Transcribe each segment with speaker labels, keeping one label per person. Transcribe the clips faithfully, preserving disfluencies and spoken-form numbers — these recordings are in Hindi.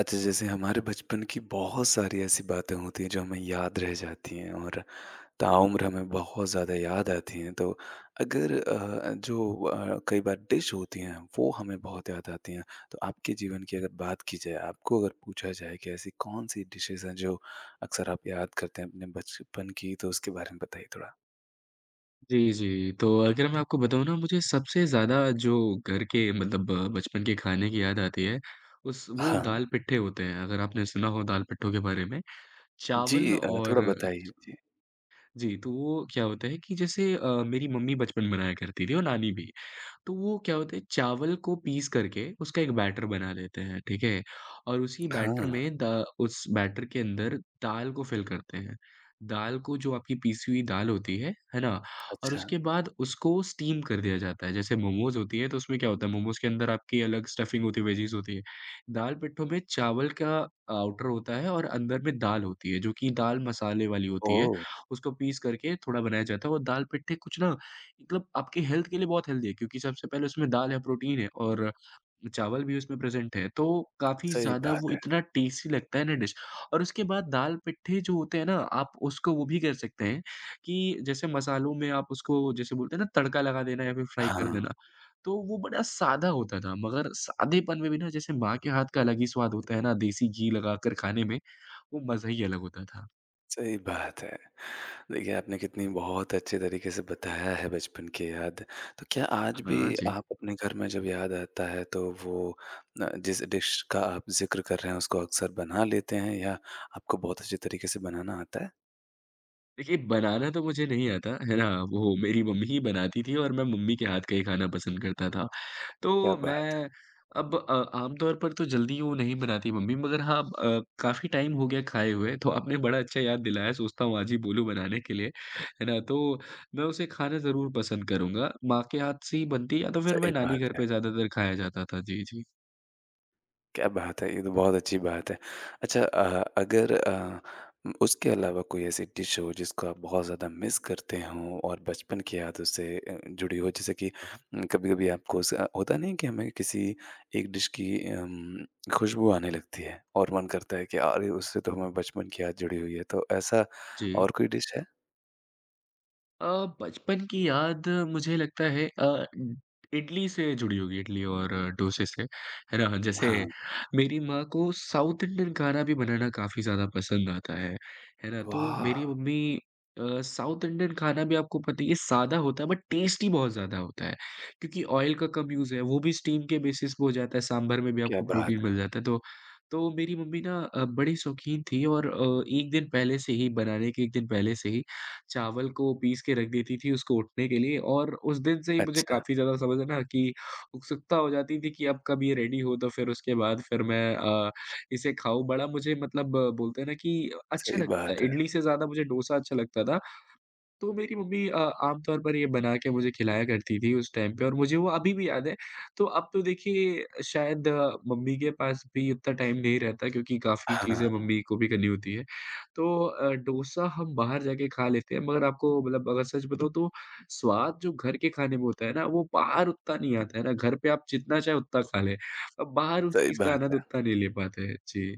Speaker 1: अच्छा, जैसे हमारे बचपन की बहुत सारी ऐसी बातें होती हैं जो हमें याद रह जाती हैं और ताउम्र हमें बहुत ज़्यादा याद आती हैं। तो अगर अ, जो अ, कई बार डिश होती हैं वो हमें बहुत याद आती हैं। तो आपके जीवन की अगर बात की जाए, आपको अगर पूछा जाए कि ऐसी कौन-सी डिशेज़ हैं जो अक्सर आप याद करते हैं अपने बचपन की तो उसके बारे में बताइए थोड़ा?
Speaker 2: जी, जी। तो अगर मैं आपको बताऊँ ना मुझे सबसे ज़्यादा जो घर के मतलब अ, बचपन के खाने की याद आती है, उस वो
Speaker 1: हाँ।
Speaker 2: दाल पिट्ठे होते हैं, अगर आपने सुना हो दाल पिट्ठों के बारे में। चावल
Speaker 1: जी अ, थोड़ा
Speaker 2: और
Speaker 1: बताइए। जी।
Speaker 2: जी, तो वो क्या होता है कि जैसे अ, मेरी मम्मी बचपन में बनाया करती थी और नानी भी। तो वो क्या होता है चावल को पीस करके उसका एक बैटर बना लेते हैं, ठीक है? और उसी बैटर
Speaker 1: हाँ,
Speaker 2: में द उस बैटर के अंदर दाल को फिल करते हैं। दाल को जो आपकी पीसी हुई दाल होती है, है ना? और
Speaker 1: अच्छा।
Speaker 2: उसके बाद उसको स्टीम कर दिया जाता है। जैसे मोमोज़ होती है तो उसमें क्या होता है मोमोज़ के अंदर आपकी अलग स्टफिंग होती है, वेजीज़ होती है। दाल पिट्ठों में चावल का आउटर होता है और अंदर में दाल होती है जो कि दाल मसाले वाली होती है।
Speaker 1: ओह!
Speaker 2: उसको पीस करके थोड़ा बनाया जाता है और दाल पिट्ठे कुछ ना मतलब आपकी हेल्थ के लिए बहुत हेल्दी है क्योंकि सबसे पहले उसमें दाल है, प्रोटीन है और चावल भी उसमें प्रेज़ेंट है, तो काफ़ी
Speaker 1: सही
Speaker 2: ज़्यादा वो
Speaker 1: बात है।
Speaker 2: इतना टेस्टी लगता है ना डिश। और उसके बाद दाल-पिट्ठे जो होते हैं ना, आप उसको वो भी कर सकते हैं कि जैसे मसालों में आप उसको जैसे बोलते हैं ना तड़का लगा देना या फिर फ्राई कर
Speaker 1: हाँ।
Speaker 2: देना, तो वो बड़ा सादा होता था मगर सादेपन में भी ना जैसे माँ के हाथ का अलग ही स्वाद होता है ना, देसी घी लगाकर खाने में, वो मज़ा ही अलग होता था।
Speaker 1: सही बात है। देखिए, आपने कितनी बहुत अच्छे तरीके से बताया है बचपन की याद। तो क्या आज भी
Speaker 2: हाँ जी।
Speaker 1: आप अपने घर में जब याद आता है तो वो अ, जिस डिश का आप ज़िक्र कर रहे हैं उसको अक्सर बना लेते हैं या आपको बहुत अच्छे तरीके से बनाना आता है?
Speaker 2: देखिए, बनाना तो मुझे नहीं आता, है ना? वो मेरी मम्मी ही बनाती थी और मैं मम्मी के हाथ का ही खाना पसंद करता था।
Speaker 1: क्या
Speaker 2: तो
Speaker 1: बात!
Speaker 2: मैं अब अ, आम तौर पर तो जल्दी वो नहीं बनाती मम्मी मगर हाँ अ, काफ़ी टाइम हो गया खाए हुए, तो आपने बड़ा अच्छा याद दिलाया, सोचता हूँ आज ही बोलूँ बनाने के लिए, है ना? तो मैं उसे खाना ज़रूर पसंद करूँगा। माँ के हाथ से ही बनती या तो फिर
Speaker 1: सही
Speaker 2: मैं नानी
Speaker 1: बात
Speaker 2: घर
Speaker 1: है।
Speaker 2: पे ज़्यादातर खाया जाता था। जी, जी।
Speaker 1: क्या बात है! ये तो बहुत अच्छी बात है। अच्छा अ, अगर अ, उसके अलावा कोई ऐसी डिश हो जिसको आप बहुत ज़्यादा मिस करते हों और बचपन की यादों से अ, जुड़ी हो जैसे कि
Speaker 2: हाँ।
Speaker 1: कभी-कभी आपको उस अ, होता नहीं है कि हमें किसी एक डिश की अम, खुशबू आने लगती है और मन करता है कि अरे! उससे तो हमारे बचपन की याद जुड़ी हुई है। तो ऐसा
Speaker 2: जी।
Speaker 1: और कोई डिश है?
Speaker 2: अ, बचपन की याद मुझे लगता है अ, इडली से जुड़ी होगी इडली और डोसे से, है ना? जैसे
Speaker 1: हाँ।
Speaker 2: मेरी माँ को साउथ इंडियन खाना भी बनाना काफ़ी ज़्यादा पसंद आता है, है ना? तो
Speaker 1: वाह!
Speaker 2: मेरी मम्मी अ, साउथ इंडियन खाना भी आपको पता ही है सादा होता है बट टेस्टी बहुत ज़्यादा होता है, क्योंकि ऑयल का कम यूज़ है, वो भी स्टीम के बेसिस पे हो जाता है, सांभर में भी
Speaker 1: क्या
Speaker 2: आपको
Speaker 1: बात
Speaker 2: प्रोटीन मिल
Speaker 1: है!
Speaker 2: जाता है। तो तो मेरी मम्मी ना अ, बड़ी शौकीन थी और अ, एक दिन पहले से ही बनाने के एक दिन पहले से ही चावल को पीस के रख देती थी उसको उठने के लिए और उस दिन से ही मुझे
Speaker 1: अच्छा,
Speaker 2: काफ़ी ज़्यादा समझ है ना कि उत्सुकता हो जाती थी कि अब कब ये रेडी हो तो फिर उसके बाद फिर मैं अ, इसे खाऊँ। बड़ा मुझे मतलब बोलते हैं ना कि अच्छा
Speaker 1: सही
Speaker 2: लगता है,
Speaker 1: बात है।
Speaker 2: इडली से ज़्यादा मुझे डोसा अच्छा लगता था। तो मेरी मम्मी अ, आम तौर पर ये बना के मुझे खिलाया करती थी उस टाइम पे और मुझे वो अभी भी याद है। तो अब तो देखिए शायद अ, मम्मी के पास भी उतना टाइम नहीं रहता क्योंकि काफ़ी चीज़ें
Speaker 1: हाँ,
Speaker 2: मम्मी को भी करनी होती है। तो अ, डोसा हम बाहर जाके खा लेते हैं मगर आपको मतलब अगर सच बताऊँ तो स्वाद जो घर के खाने में होता है ना वो बाहर उतना नहीं आता है ना, घर पे आप जितना चाहे उतना खा लें। अब बाहर उस
Speaker 1: सही
Speaker 2: चीज़ का
Speaker 1: बात
Speaker 2: आनंद
Speaker 1: है।
Speaker 2: उतना नहीं ले पाते हैं। जी।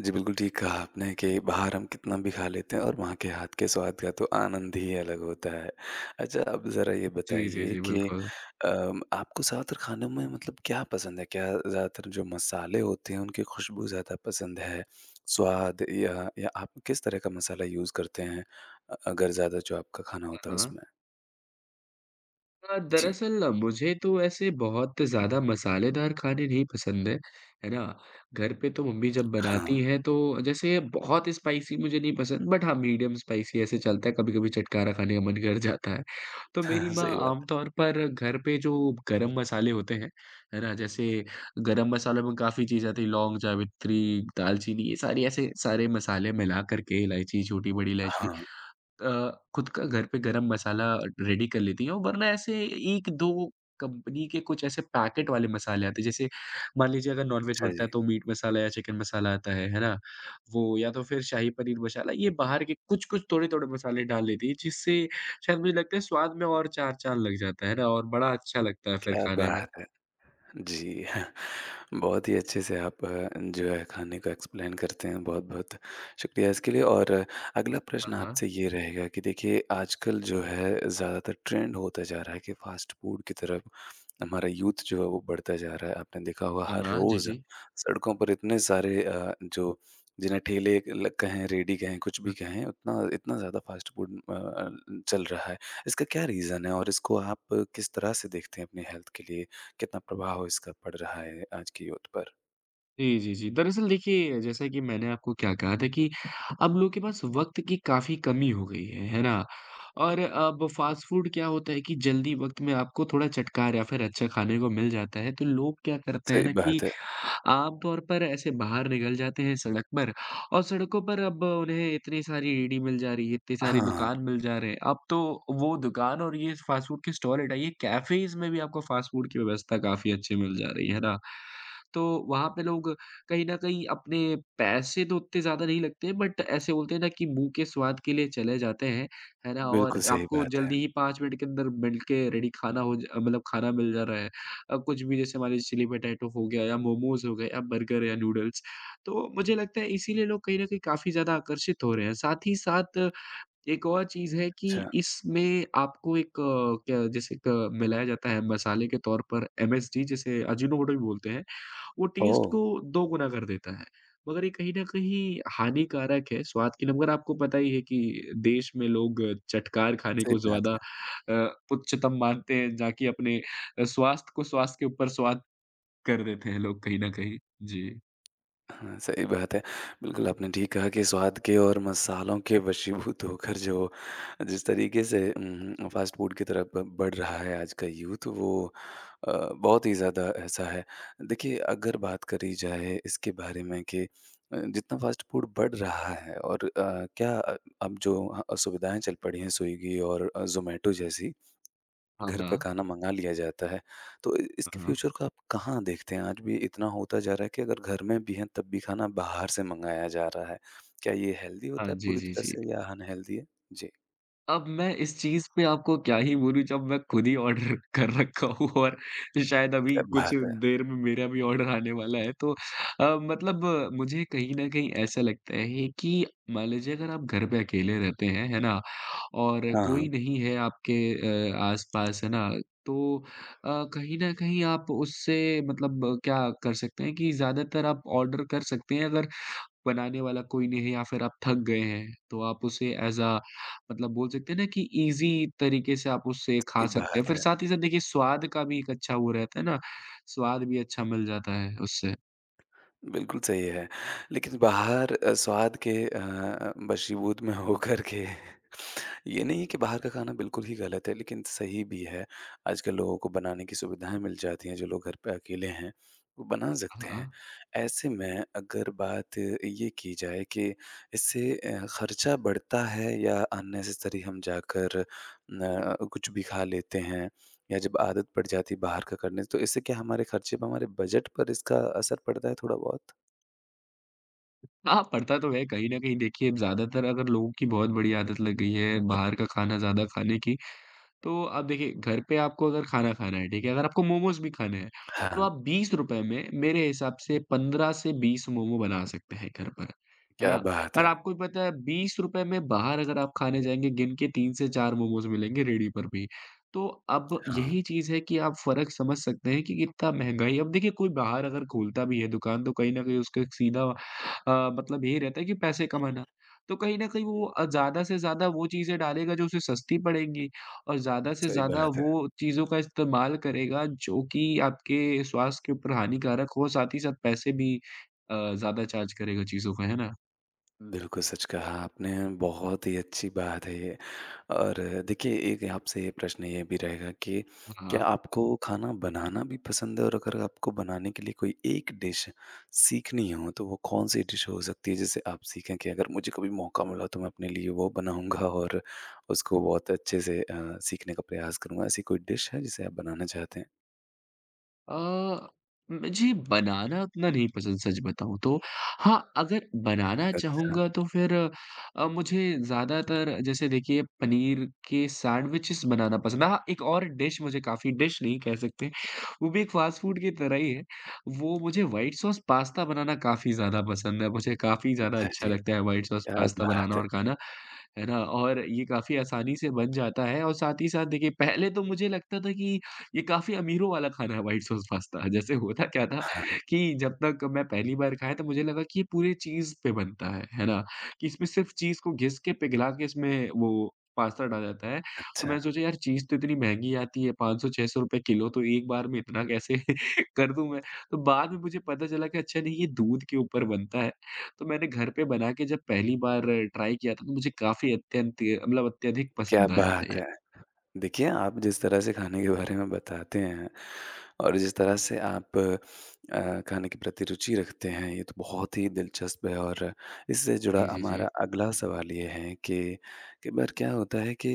Speaker 1: जी, बिल्कुल ठीक कहा आपने कि बाहर हम कितना भी खा लेते हैं और वहाँ के हाथ के स्वाद का तो आनंद ही अलग होता है। अच्छा, अब ज़रा ये
Speaker 2: जी, जी,
Speaker 1: बताइए
Speaker 2: जी,
Speaker 1: कि
Speaker 2: बिल्कुल।
Speaker 1: अम, आपको ज़्यादातर खानों में मतलब क्या पसंद है? क्या ज़्यादातर जो मसाले होते हैं उनकी खुशबू ज़्यादा पसंद है, स्वाद या या आप किस तरह का मसाला यूज़ करते हैं अ, अगर ज़्यादा जो आपका खाना होता है
Speaker 2: हाँ।
Speaker 1: उसमें?
Speaker 2: अ,
Speaker 1: जी।
Speaker 2: दरअसल मुझे तो ऐसे बहुत ज़्यादा मसालेदार खाने नहीं पसंद हैं, है ना? घर पे तो मम्मी जब
Speaker 1: हाँ।
Speaker 2: बनाती हैं तो जैसे बहुत स्पाइसी मुझे नहीं पसंद बट हाँ, मीडियम स्पाइसी ऐसे चलता है, कभी-कभी चटकारा खाने का मन कर जाता है। तो मेरी
Speaker 1: हाँ,
Speaker 2: माँ
Speaker 1: सही बात है।
Speaker 2: आमतौर पर घर पे जो गरम मसाले होते हैं, है ना? जैसे गरम मसालों में काफ़ी चीज़ें आती हैं, लौंग, जावित्री, दालचीनी ये सारी ऐसे सारे मसाले मिला कर के इलायची, छोटी-बड़ी इलायची
Speaker 1: हाँ।
Speaker 2: अ, खुद का घर पे गरम मसाला रेडी कर लेती हैं, वरना ऐसे एक-दो कंपनी के कुछ ऐसे पैकेट वाले मसाले आते हैं। जैसे मान लीजिए अगर नॉनवेज
Speaker 1: अच्छा जी,
Speaker 2: बनता है तो मीट मसाला या चिकन मसाला आता है, है ना? वो या तो फिर शाही पनीर मसाला ये बाहर के कुछ-कुछ थोड़े-थोड़े मसाले डाल लेती है जिससे शायद मुझे लगता है स्वाद में और चार चाँद लग जाता है ना और बड़ा अच्छा लगता है फिर
Speaker 1: क्या
Speaker 2: खाने में।
Speaker 1: बात है! जी। बहुत ही अच्छे से आप अ, जो है खाने को एक्सप्लेन करते हैं, बहुत-बहुत शुक्रिया इसके लिए और अ, अगला
Speaker 2: हाँ,
Speaker 1: प्रश्न
Speaker 2: हाँ।
Speaker 1: आपसे ये रहेगा कि देखिए आजकल जो है ज़्यादातर ट्रेंड होता जा रहा है कि फ़ास्ट फ़ूड की तरफ हमारा यूथ जो है वो बढ़ता जा रहा है। आपने देखा होगा
Speaker 2: हाँ,
Speaker 1: हर
Speaker 2: हाँ। जी,
Speaker 1: रोज़
Speaker 2: जी।
Speaker 1: सड़कों पर इतने सारे अ, जो जिन्हें ठेले ल कहें, रेहड़ी कहें, कुछ भी कहें उतना इतना ज़्यादा फ़ास्ट फ़ूड अ अ, चल रहा है। इसका क्या रीज़न है और इसको आप किस तरह से देखते हैं अपनी हेल्थ के लिए? कितना प्रभाव इसका पड़ रहा है आज की यूथ पर।
Speaker 2: जी, जी, जी। दरअसल देखिए, जैसा कि मैंने आपको क्या कहा था कि अब लोगों के पास वक़्त की काफ़ी कमी हो गई है, है ना? और अब फ़ास्ट फ़ूड क्या होता है कि जल्दी वक़्त में आपको थोड़ा चटकार या फिर अच्छा खाने को मिल जाता है, तो लोग क्या करते हैं
Speaker 1: सही
Speaker 2: ना कि
Speaker 1: बात है।
Speaker 2: आम तौर पर ऐसे बाहर निकल जाते हैं सड़क पर और सड़कों पर अब उन्हें इतनी सारी रेहड़ी मिल जा रही है, इतनी सारी
Speaker 1: हाँ,
Speaker 2: दुकान मिल जा रहे हैं। अब तो वो दुकान और ये फ़ास्ट फ़ूड के स्टॉल हटाइए, कैफ़ेज़ में भी आपको फ़ास्ट फ़ूड की व्यवस्था काफ़ी अच्छी मिल जा रही है, है ना? तो वहाँ पे लोग कहीं न कहीं अपने पैसे तो उतने ज़्यादा नहीं लगते बट ऐसे बोलते हैं ना कि मुँह के स्वाद के लिए चले जाते हैं, है ना? और
Speaker 1: बिल्कुल सही
Speaker 2: आपको
Speaker 1: बात है।
Speaker 2: जल्दी ही पाँच मिनट के अंदर मिल के रेडी खाना हो ज मतलब खाना मिल जा रहा है। अ, कुछ भी जैसे हमारे चिली पटेटो हो गया या मोमोज़ हो गए या बर्गर या नूडल्स। तो मुझे लगता है इसीलिए लोग कहीं न कहीं काफ़ी ज़्यादा आकर्षित हो रहे हैं। साथ ही साथ एक और चीज़ है कि
Speaker 1: अच्छा,
Speaker 2: इसमें आपको एक अ, क्या जैसे एक अ, मिलाया जाता है मसाले के तौर पर एमएसजी जिसे अजीनोमोटो भी बोलते हैं। वो टेस्ट
Speaker 1: ओह!
Speaker 2: को दोगुना कर देता है। मगर ये कहीं न कहीं हानिकारक है स्वाद के लिए मगर आपको पता ही है कि देश में लोग चटकार खाने
Speaker 1: सही
Speaker 2: को
Speaker 1: बात
Speaker 2: ज़्यादा
Speaker 1: है।
Speaker 2: अ, उच्चतम मानते हैं जाकि अपने अ, स्वास्थ्य को स्वास्थ्य के ऊपर स्वाद कर देते हैं लोग कहीं न कहीं। जी।
Speaker 1: हाँ, सही बात है। बिल्कुल, आपने ठीक कहा कि स्वाद के और मसालों के वशीभूत होकर जो जिस तरीके से उम, फ़ास्ट फ़ूड की तरफ बढ़ रहा है आज का यूथ वो अ, बहुत ही ज़्यादा ऐसा है। देखिए, अगर बात करी जाए इसके बारे में कि अ, जितना फ़ास्ट फ़ूड बढ़ रहा है और अ, क्या अब जो अ, सुविधाएँ चल पड़ी हैं स्विगी और अ, ज़ोमैटो जैसी
Speaker 2: हाँ,
Speaker 1: घर पे
Speaker 2: हाँ।
Speaker 1: खाना मँगा लिया जाता है। तो इ इसके
Speaker 2: हाँ, हाँ।
Speaker 1: फ्यूचर को आप कहाँ देखते हैं? आज भी इतना होता जा रहा है कि अगर घर में भी हैं तब भी खाना बाहर से मँगाया जा रहा है। क्या ये हेल्दी होता
Speaker 2: हाँ,
Speaker 1: है
Speaker 2: जी,
Speaker 1: पूरी
Speaker 2: जी,
Speaker 1: तरह
Speaker 2: जी।
Speaker 1: से या अनहेल्दी है? जी,
Speaker 2: अब मैं इस चीज़ पे आपको क्या ही बोलूँ जब मैं खुद ही ऑर्डर कर रखा हूँ और शायद अभी
Speaker 1: क्या
Speaker 2: कुछ
Speaker 1: बात है!
Speaker 2: देर में मेरा भी ऑर्डर आने वाला है। तो अ, मतलब अ, मुझे कहीं न कहीं ऐसा लगता है कि मान लीजिए अगर आप घर पे अकेले रहते हैं, है ना? और
Speaker 1: हाँ, हाँ,
Speaker 2: कोई नहीं है आपके अ, आस-पास, है ना? तो अ, कहीं न कहीं आप उससे मतलब अ, क्या कर सकते हैं कि ज़्यादातर आप ऑर्डर कर सकते हैं अगर बनाने वाला कोई नहीं है या फिर आप थक गए हैं, तो आप उसे ऐज़ अ मतलब बोल सकते हैं ना कि ईज़ी तरीके से आप उससे
Speaker 1: ये
Speaker 2: खा सकते हैं।
Speaker 1: बात
Speaker 2: फिर
Speaker 1: है।
Speaker 2: साथ ही साथ देखिए स्वाद का भी एक अच्छा वो रहता है ना, स्वाद भी अच्छा मिल जाता है उससे।
Speaker 1: बिल्कुल सही है। लेकिन बाहर अ, स्वाद के अ, बशीबूत में होकर के ये नहीं कि बाहर का खाना बिल्कुल ही गलत है, लेकिन सही भी है। आजकल लोगों को बनाने की सुविधाएँ मिल जाती हैं, जो लोग घर पे अकेले हैं, वो बना सकते
Speaker 2: हाँ।
Speaker 1: हैं। ऐसे में अगर बात ये की जाए कि इससे अ, खर्चा बढ़ता है या अननेसेसरी हम जाकर न कुछ भी खा लेते हैं या जब आदत पड़ जाती है बाहर का करने से, तो इससे क्या हमारे खर्चे पे, हमारे बजट पर इसका असर पड़ता है थोड़ा बहुत?
Speaker 2: हाँ, पड़ता तो है कहीं न कहीं देखिए ज़्यादातर अगर लोगों की बहुत बड़ी आदत लग गई है बाहर का खाना ज़्यादा खाने की, तो अब देखिए, घर पे आपको अगर खाना खाना है, ठीक है? अगर आपको मोमोज़ भी खाने हैं, तो
Speaker 1: हाँ,
Speaker 2: आप बीस रुपए में मेरे हिसाब से पंद्रह से बीस मोमो बना सकते हैं घर पर, है
Speaker 1: क्या
Speaker 2: ना?
Speaker 1: बात
Speaker 2: और
Speaker 1: है!
Speaker 2: आपको भी पता है बीस रुपए में बाहर अगर आप खाने जाएँगे, गिन के तीन से चार मोमोज़ मिलेंगे रेडी पर भी। तो अब
Speaker 1: हाँ,
Speaker 2: यही चीज़ है कि आप फ़र्क समझ सकते हैं कि कितना महँगाई अब देखिए कोई बाहर अगर खोलता भी है दुकान, तो कहीं न कहीं उसका एक सीधा अ, मतलब यही रहता है कि पैसे कमाना। तो कहीं न कहीं वो अ, ज़्यादा से ज़्यादा वो चीज़ें डालेगा जो उसे सस्ती पड़ेंगी। और ज़्यादा से
Speaker 1: सही
Speaker 2: ज़्यादा
Speaker 1: बात है।
Speaker 2: वो चीज़ों का इस्तेमाल करेगा जो कि आपके स्वास्थ्य के ऊपर हानिकारक हो, साथ ही साथ पैसे भी अ, ज़्यादा चार्ज करेगा चीज़ों का, है ना?
Speaker 1: बिल्कुल, सच कहा आपने, बहुत ही अच्छी बात है ये। और देखिए, एक आपसे ये प्रश्न ये भी रहेगा कि क्या
Speaker 2: हाँ।
Speaker 1: आपको खाना बनाना भी पसंद है? और अगर आपको बनाने के लिए कोई एक डिश सीखनी हो, तो वो कौन-सी डिश हो सकती है, जिसे आप सीखें कि अगर मुझे कभी मौका मिला, तो मैं अपने लिए वो बनाऊँगा और उसको बहुत अच्छे से अ, सीखने का प्रयास करूँगा? ऐसी कोई डिश है, जिसे आप बनाना चाहते हैं?
Speaker 2: अ, मुझे बनाना उतना नहीं पसंद सच बताऊँ तो। हाँ, अगर बनाना
Speaker 1: अच्छा,
Speaker 2: चाहूँगा तो फिर अ, मुझे ज़्यादातर जैसे देखिए पनीर के सैंडविचेस बनाना पसंद है। हाँ, एक और डिश मुझे काफ़ी डिश नहीं कह सकते, वो भी एक फ़ास्ट फ़ूड की तरह ही है। वो मुझे व्हाइट सॉस पास्ता बनाना काफ़ी ज़्यादा पसंद है। मुझे काफ़ी ज़्यादा
Speaker 1: अच्छा
Speaker 2: अच्छा
Speaker 1: जी।
Speaker 2: लगता है व्हाइट सॉस
Speaker 1: क्या
Speaker 2: पास्ता बनाना
Speaker 1: बात है!
Speaker 2: और खाना, है ना? और ये काफ़ी आसानी से बन जाता है और साथ ही साथ देखिए पहले तो मुझे लगता था कि ये काफ़ी अमीरों वाला खाना है व्हाइट सॉस पास्ता। जैसे होता क्या था
Speaker 1: हाँ,
Speaker 2: कि जब तक मैं पहली बार खाया तो मुझे लगा कि ये पूरे चीज़ पे बनता है, है ना? कि इसमें सिर्फ़ चीज़ को घिस के पिघला के इसमें वो पास्ता डाला जाता है। तो
Speaker 1: अच्छा,
Speaker 2: मैंने सोचा यार चीज़ तो इतनी महँगी आती है ₹पाँच सौ छः सौ किलो तो एक बार में इतना कैसे कर दूँ मैं? तो बाद में मुझे पता चला कि अच्छा नहीं ये दूध के ऊपर बनता है। तो मैंने घर पे बना के जब पहली बार ट्राई किया था तो मुझे काफ़ी अत्यंत मतलब अत्यधिक
Speaker 1: क्या
Speaker 2: पसंद आया था
Speaker 1: बात
Speaker 2: ये।
Speaker 1: है! देखिए, आप जिस तरह से खाने के बारे में बताते हैं और जिस तरह से आप अ, खाने के प्रति रुचि रखते हैं, ये तो बहुत ही दिलचस्प है और इससे जुड़ा
Speaker 2: जी, जी, जी।
Speaker 1: हमारा अगला सवाल ये है कि कई बार क्या होता है कि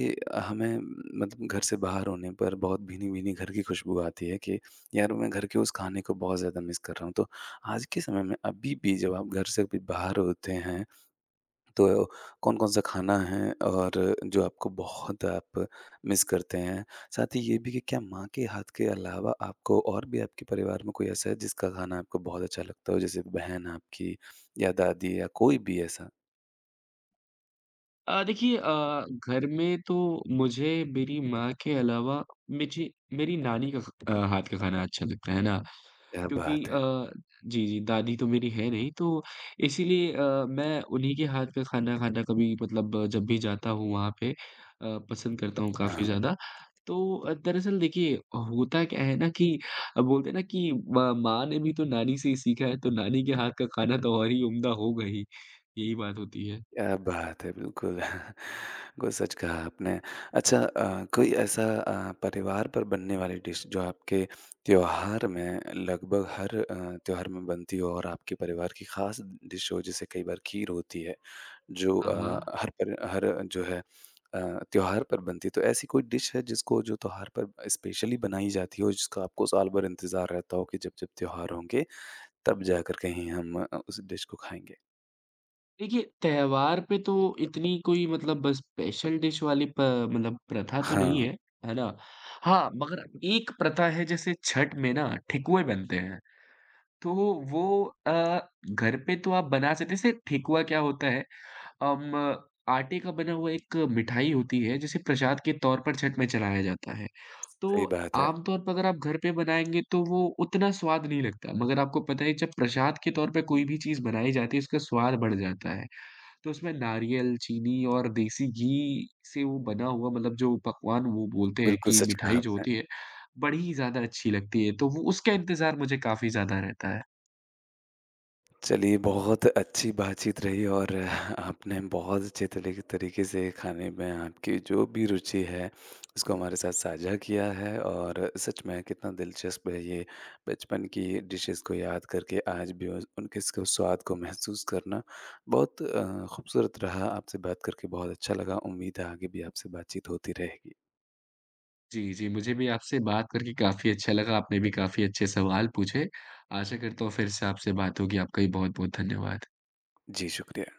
Speaker 1: हमें मतलब घर से बाहर होने पर बहुत भीनी-भीनी घर की खुशबू आती है कि यार मैं घर के उस खाने को बहुत ज़्यादा मिस कर रहा हूँ। तो आज के समय में अभी भी जब आप घर से भी बाहर होते हैं तो कौन-कौन सा खाना है और जो आपको बहुत आप मिस करते हैं? साथ ही ये भी कि क्या माँ के हाथ के अलावा आपको और भी आपके परिवार में कोई ऐसा है जिसका खाना आपको बहुत अच्छा लगता हो जैसे बहन आपकी या दादी या कोई भी ऐसा?
Speaker 2: अ, देखिए अ, घर में तो मुझे मेरी माँ के अलावा मुझे मेरी नानी का ख- अ, हाथ का खाना अच्छा लगता है ना
Speaker 1: क्या
Speaker 2: क्योंकि
Speaker 1: बात है!
Speaker 2: अ, जी, जी दादी तो मेरी है नहीं तो इसीलिए अ, मैं उन्हीं के हाथ का खाना खाना कभी मतलब अ, जब भी जाता हूँ वहाँ पे अ, पसंद करता हूँ काफ़ी
Speaker 1: हाँ।
Speaker 2: ज़्यादा। तो अ, दरअसल देखिए होता क्या है ना कि अ, बोलते हैं ना कि म माँ ने भी तो नानी से ही सीखा है तो नानी के हाथ का खाना तो और ही उम्दा होगा ही। यही बात होती है।
Speaker 1: क्या बात है! बिल्कुल, बिल्कुल सच कहा आपने। अच्छा अ, कोई ऐसा अ, परिवार पर बनने वाली डिश जो आपके त्योहार में लगभग हर अ, त्योहार में बनती हो और आपके परिवार की खास डिश हो, जैसे कई बार खीर होती है, जो
Speaker 2: हाँ,
Speaker 1: अ,
Speaker 2: हाँ।
Speaker 1: हर पर हर जो है अ, त्योहार पर बनती है। तो ऐसी कोई डिश है जिसको जो त्योहार पर स्पेशली बनाई जाती हो, जिसका आपको साल भर इंतज़ार रहता हो कि जब-जब त्योहार होंगे, तब जाकर कहीं हम अ, उस डिश को खाएँगे?
Speaker 2: देखिए, त्योहार पे तो इतनी कोई मतलब बस स्पेशल डिश वाली प मतलब प्रथा तो
Speaker 1: हाँ,
Speaker 2: नहीं है, है ना? हाँ, मगर एक प्रथा है जैसे छठ में ना ठेकुए बनते हैं, तो वो अ, घर पे तो आप बना सकते जैसे ठेकुआ क्या होता है अम, आटे का बना हुआ एक मिठाई होती है जिसे प्रसाद के तौर पर छठ में चढ़ाया जाता है। तो
Speaker 1: सही बात है।
Speaker 2: आम तौर पर अगर आप घर पे बनाएँगे तो वो उतना स्वाद नहीं लगता, मगर आपको पता है जब प्रसाद के तौर पे कोई भी चीज़ बनाई जाती है उसका स्वाद बढ़ जाता है। तो उसमें नारियल, चीनी और देसी घी से वो बना हुआ मतलब जो पकवान वो बोलते हैं
Speaker 1: बिल्कुल
Speaker 2: कि
Speaker 1: सच कहा
Speaker 2: मिठाई जो
Speaker 1: आपने।
Speaker 2: होती है, बड़ी ही ज़्यादा अच्छी लगती है, तो वो उसका इंतज़ार मुझे काफ़ी ज़्यादा रहता है।
Speaker 1: चलिए बहुत अच्छी बातचीत रही और आपने बहुत अच्छे तरीके तरीके से खाने में आपकी जो भी रुचि है उसको हमारे साथ साझा किया है और सच में कितना दिलचस्प है ये बचपन की डिशेज़ को याद करके आज भी उस उनके इसको स्वाद को महसूस करना बहुत अ, खूबसूरत रहा। आपसे बात करके बहुत अच्छा लगा। उम्मीद है आगे भी आपसे बातचीत होती रहेगी।
Speaker 2: जी, जी, मुझे भी आपसे बात करके काफ़ी अच्छा लगा, आपने भी काफ़ी अच्छे सवाल पूछे। आशा करता हूँ फिर से आपसे बात होगी, आपका भी बहुत-बहुत धन्यवाद।
Speaker 1: जी, शुक्रिया।